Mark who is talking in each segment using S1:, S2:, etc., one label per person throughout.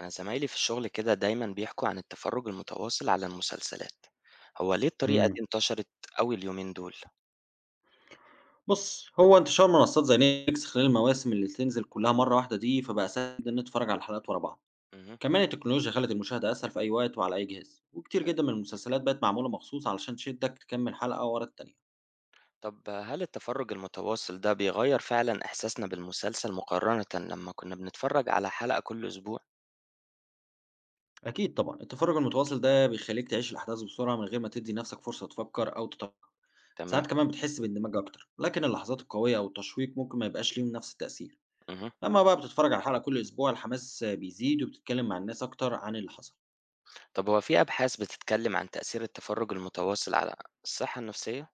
S1: أنا زمايلي في الشغل كده دايما بيحكوا عن التفرج المتواصل على المسلسلات. هو ليه الطريقة دي
S2: إمم.
S1: انتشرت أوي اليومين دول؟
S2: بُص، هو انتشار منصات زي Netflix خلال المواسم اللي تنزل كلّها مرّة واحدة دي، فبقى سهل جدًا نتفرّج على الحلقات ورا بعض.
S1: مهم.
S2: كمان التكنولوجيا خلّت المشاهدة أسهل في أي وقت وعلى أي جهاز، وكتير
S1: حلو.
S2: جدًا من المسلسلات بقت معمولة مخصوص علشان تشدّك تكمّل حلقة ورا التانية.
S1: طب هل التفرج المتواصل ده بيغير فعلا إحساسنا بالمسلسل مقارنة لما كنا بنتفرج على حلقة كل أسبوع؟
S2: أكيد طبعًا، التفرّج المتواصل ده بيخلّيك تعيش الأحداث بسرعة من غير ما تدّي نَفْسك فرصة تفكّر أو تتوقع.
S1: تمام.
S2: ساعات كمان بتحس باندماج أكتر، لكن اللحظات القوية أو التشويق ممكن ما يبقاش ليهم نَفْس التأثير.
S1: مهم.
S2: أمّا بقى بتتفرّج على حلقة كل أسبوع، الحماس بيزيد وبتتكلّم مع الناس أكتر عن اللي حصل.
S1: طب هو في أبحاث بتتكلم عن تأثير التفرج المتواصل على الصحة النفسية؟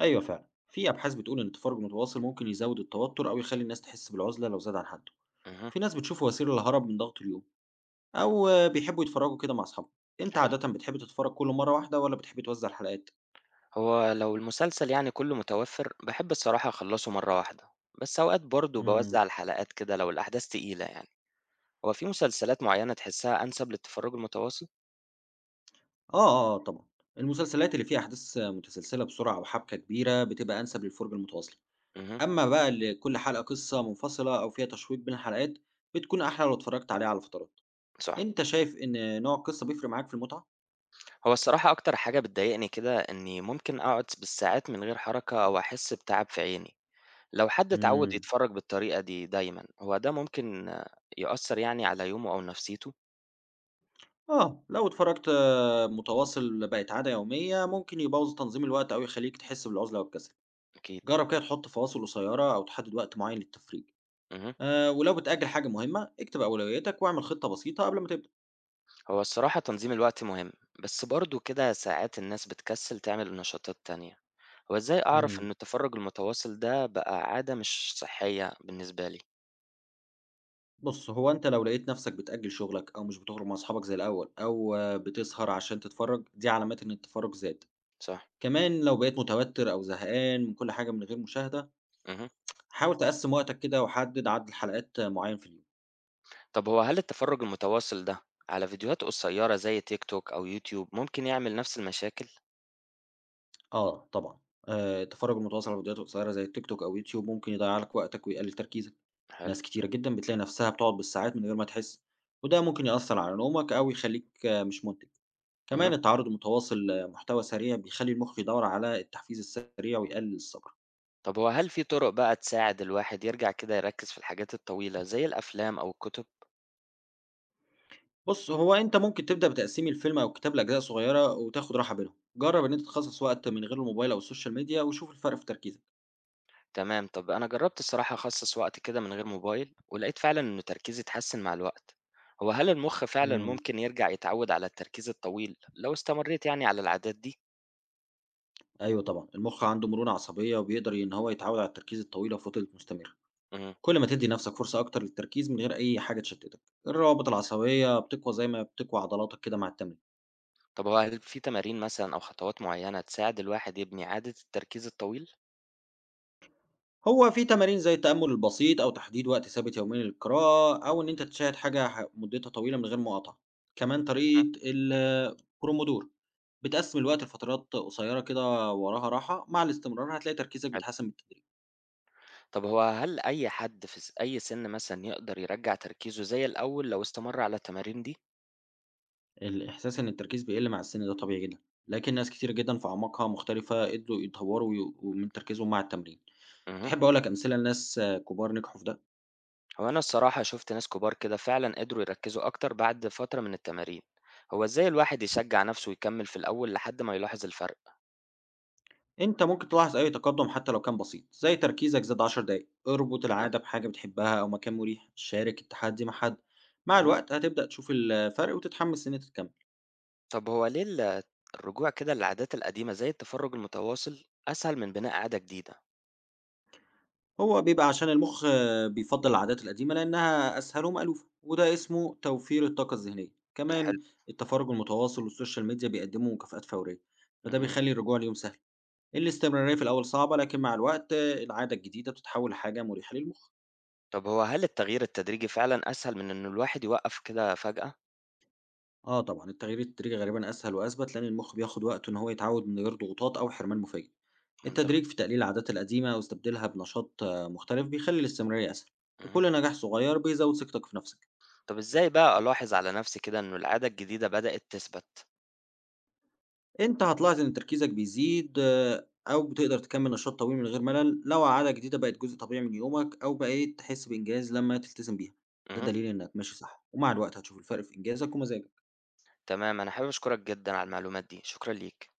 S2: أيوه فعلا في أبحاث بتقول إن التفرج المتواصل ممكن يزود التوتر أو يخلي الناس تحس بالعزلة لو زاد عن حده.
S1: مهم.
S2: في ناس بتشوفه وسيلة للهرب من ضغط اليوم، أو بيحبوا يتفرجوا كده مع أصحابهم. أنت
S1: حلو.
S2: عادة بتحب تتفرج كل مرة واحدة ولا بتحب توزع الحلقات؟
S1: هو لو المسلسل يعني كله متوفر بحب الصراحة أخلصه مرة واحدة، بس أوقات برضه بوزع
S2: امم.
S1: الحلقات كده لو الأحداث تقيلة يعني. هو في مسلسلات معينة تحسّها أنسب للتفرّج المتواصل؟
S2: آه آه آه طبعا. المسلسلات اللي فيها أحداث متسلسلة بسرعة أو حبكة كبيرة بتبقى أنسب للفرجة المتواصلة.
S1: اهم،
S2: أما بقى اللي كل حلقة قصة منفصلة أو فيها تشويق بين الحلقات بتكون أحلى لو اتفرجت عليها على فترات.
S1: صح.
S2: أنت شايف إن نوع القصة بيفرق معاك في المتعة؟
S1: هو الصراحة أكتر حاجة بتضايقني كده إنّي ممكن أقعد بالساعات من غير حركة أو أحس بتعب في عيني. لو حد اتعوّد
S2: امم
S1: يتفرّج بالطريقة دي دايمًا، هو ده ممكن يأثّر يعني على يومه أو نفسيته؟
S2: اه لو اتفرجت متواصل بقت عادة يومية، ممكن يبوّظ تنظيم الوقت أو يخلّيك تحس بالعُزلة والكسل.
S1: أكيد.
S2: جرّب كده تحط فواصل قصيّرة أو تحدد وقت معيّن للتفريج،
S1: اهم.
S2: ولو بتأجّل حاجة مهمة، اكتب أولوياتك واعمل خطة بسيطة قبل ما تبدأ.
S1: هو الصراحة تنظيم الوقت مهم، بس برضه كده ساعات الناس بتكسّل تعمل نشاطات تانية. هو إزاي أعرف
S2: إمم.
S1: إن التفرّج المتواصل ده بقى عادة مش صحّية بالنسبة لي؟
S2: بُص، هو أنت لو لقيت نَفْسك بتأجّل شغلك أو مش بتخرج مع أصحابك زي الأول أو بتسهر عشان تتفرّج، دي علامات إن التفرّج زاد.
S1: صح.
S2: كمان لو بقيت متوتّر أو زهقان من كل حاجة من غير مشاهدة،
S1: اهم.
S2: حاول تقسّم وقتك كده وحدد عدد حلقات معيّن في اليوم.
S1: طب هو هل التفرج المتواصل ده على فيديوهات قصيرة زي تيك توك أو يوتيوب ممكن يعمل نفس المشاكل؟
S2: آه طبعًا، التفرُّج المتواصل على فيديوهات قصيّرة زي التيك توك أو يوتيوب ممكن يضيّع لك وقتك ويقلِّل تركيزك،
S1: حلو.
S2: ناس كتيرة جدًا بتلاقي نَفْسها بتقعد بالساعات من غير ما تحس، وده ممكن يأثّر على نومك أو يخلّيك مش مُنتِج،
S1: مهم.
S2: كمان التعرُّض المتواصل لمحتوى سريع بيخلّي المُخ يدوّر على التحفيز السريع ويقلِّل الصبر.
S1: طب هو هل في طرق بقى تساعد الواحد يرجع كده يركز في الحاجات الطويلة زي الأفلام أو الكتب؟
S2: بُص، هو أنت ممكن تبدأ بتقسيم الفيلم أو الكتاب لأجزاء صغيّرة وتاخُد راحة بينهم، جرّب إن أنت تخصّص وقت من غير الموبايل أو السوشيال ميديا وشوف الفرق في تركيزك.
S1: تمام. طب أنا جربت الصراحة أخصص وقت كده من غير موبايل ولقيت فعلا إن تركيزي اتحسن مع الوقت. هو هل المخ فعلا
S2: إمم.
S1: ممكن يرجع يتعود على التركيز الطويل لو استمريت يعني على العادات دي؟
S2: أيوه طبعًا، المُخ عنده مرونة عصبية وبيقدر إن هو يتعوّد على التركيز الطويلة وفترة مستمرة.
S1: مهم.
S2: كل ما تدّي نَفْسك فرصة أكتر للتركيز من غير أي حاجة تشتِّتك. الروابط العصبية بتقوى زي ما بتقوى عضلاتك كده مع التمرين.
S1: طب هو هل في تمارين مثلا أو خطوات معينة تساعد الواحد يبني عادة التركيز الطويل؟
S2: هو في تمارين زي التأمُّل البسيط أو تحديد وقت ثابت يوميًا للقراءة أو إن أنت تشاهد حاجة مُدّتها طويلة من غير مقاطعة. كمان طريقة ال pomodoro بتقسِّم الوقت لفترات قصيرة كده وراها راحة، مع الاستمرار هتلاقي تركيزك
S1: مهم.
S2: بيتحسّن بالتدريج.
S1: طب هو هل أي حد في أي سِن مثلًا يقدر يرجّع تركيزه زي الأول لو استمر على التمارين دي؟
S2: الإحساس إن التركيز بيقل مع السن ده طبيعي جدًا، لكن ناس كتير جدًا في أعماقها مختلفة قدروا يطوروا ومن تركيزهم مع التمرين.
S1: اهم.
S2: تحب أقول لك أمثلة لناس كبار نجحوا في ده؟
S1: هو أنا الصراحة شُفت ناس كبار كده فعلًا قدروا يركّزوا أكتر بعد فترة من التمارين. هو إزاي الواحد يشجّع نَفْسه يكمّل في الأول لحد ما يلاحظ الفرق؟
S2: أنت ممكن تلاحظ أي تقدم حتى لو كان بسيط، زي تركيزك زاد 10 دقايق، اربط
S1: تمام.
S2: العادة بحاجة بتحبها أو مكان مريح، شارك التحدي مع حد. مع
S1: اهم.
S2: الوقت هتبدأ تشوف الفرق وتتحمس إن أنت تكمل.
S1: طب هو ليه الرجوع كده للعادات القديمة زي التفرُّج المتواصل أسهل من بناء عادة جديدة؟
S2: هو بيبقى عشان المُخ بيفضّل العادات القديمة لإنها أسهل ومألوفة، وده اسمه توفير الطاقة الذهنية،
S1: امم، حلو.
S2: كمان التفرُّج المتواصل والسوشيال ميديا بيقدّموا مكافآت فورية، فده
S1: اهم.
S2: بيخلّي الرجوع ليهم سهل، الاستمرارية في الأول صعبة لكن مع الوقت العادة الجديدة بتتحوّل لحاجة مريحة للمُخ.
S1: طب هو هل التغيير التدريجي فعلًا أسهل من إنه الواحد يوقّف كده فجأة؟
S2: آه طبعًا، التغيير التدريجي غالبًا أسهل وأثبت لإن المُخ بياخُد وقته إن هو يتعوّد من غير ضغوطات أو حرمان مفاجئ.
S1: منطقي.
S2: التدريج في تقليل العادات القديمة واستبدالها بنشاط مختلف بيخلّي الاستمرارية أسهل،
S1: اهم.
S2: وكل نجاح صغير بيزوّد ثقتك في نَفْسك.
S1: طب إزاي بقى ألاحظ على نفسي كده إنه العادة الجديدة بدأت تثبت؟
S2: أنت هتلاحظ إن تركيزك بيزيد أو بتقدر تكمل نشاط طويل من غير ملل لو عادة جديدة بقت جزء طبيعي من يومك أو بقيت تحس بإنجاز لما تلتزم بيها. ده
S1: اهم،
S2: دليل إنك ماشي صح ومع الوقت هتشوف الفرق في إنجازك ومزاجك.
S1: تمام، أنا حابب أشكرك جدًا على المعلومات دي، شكرًا ليك.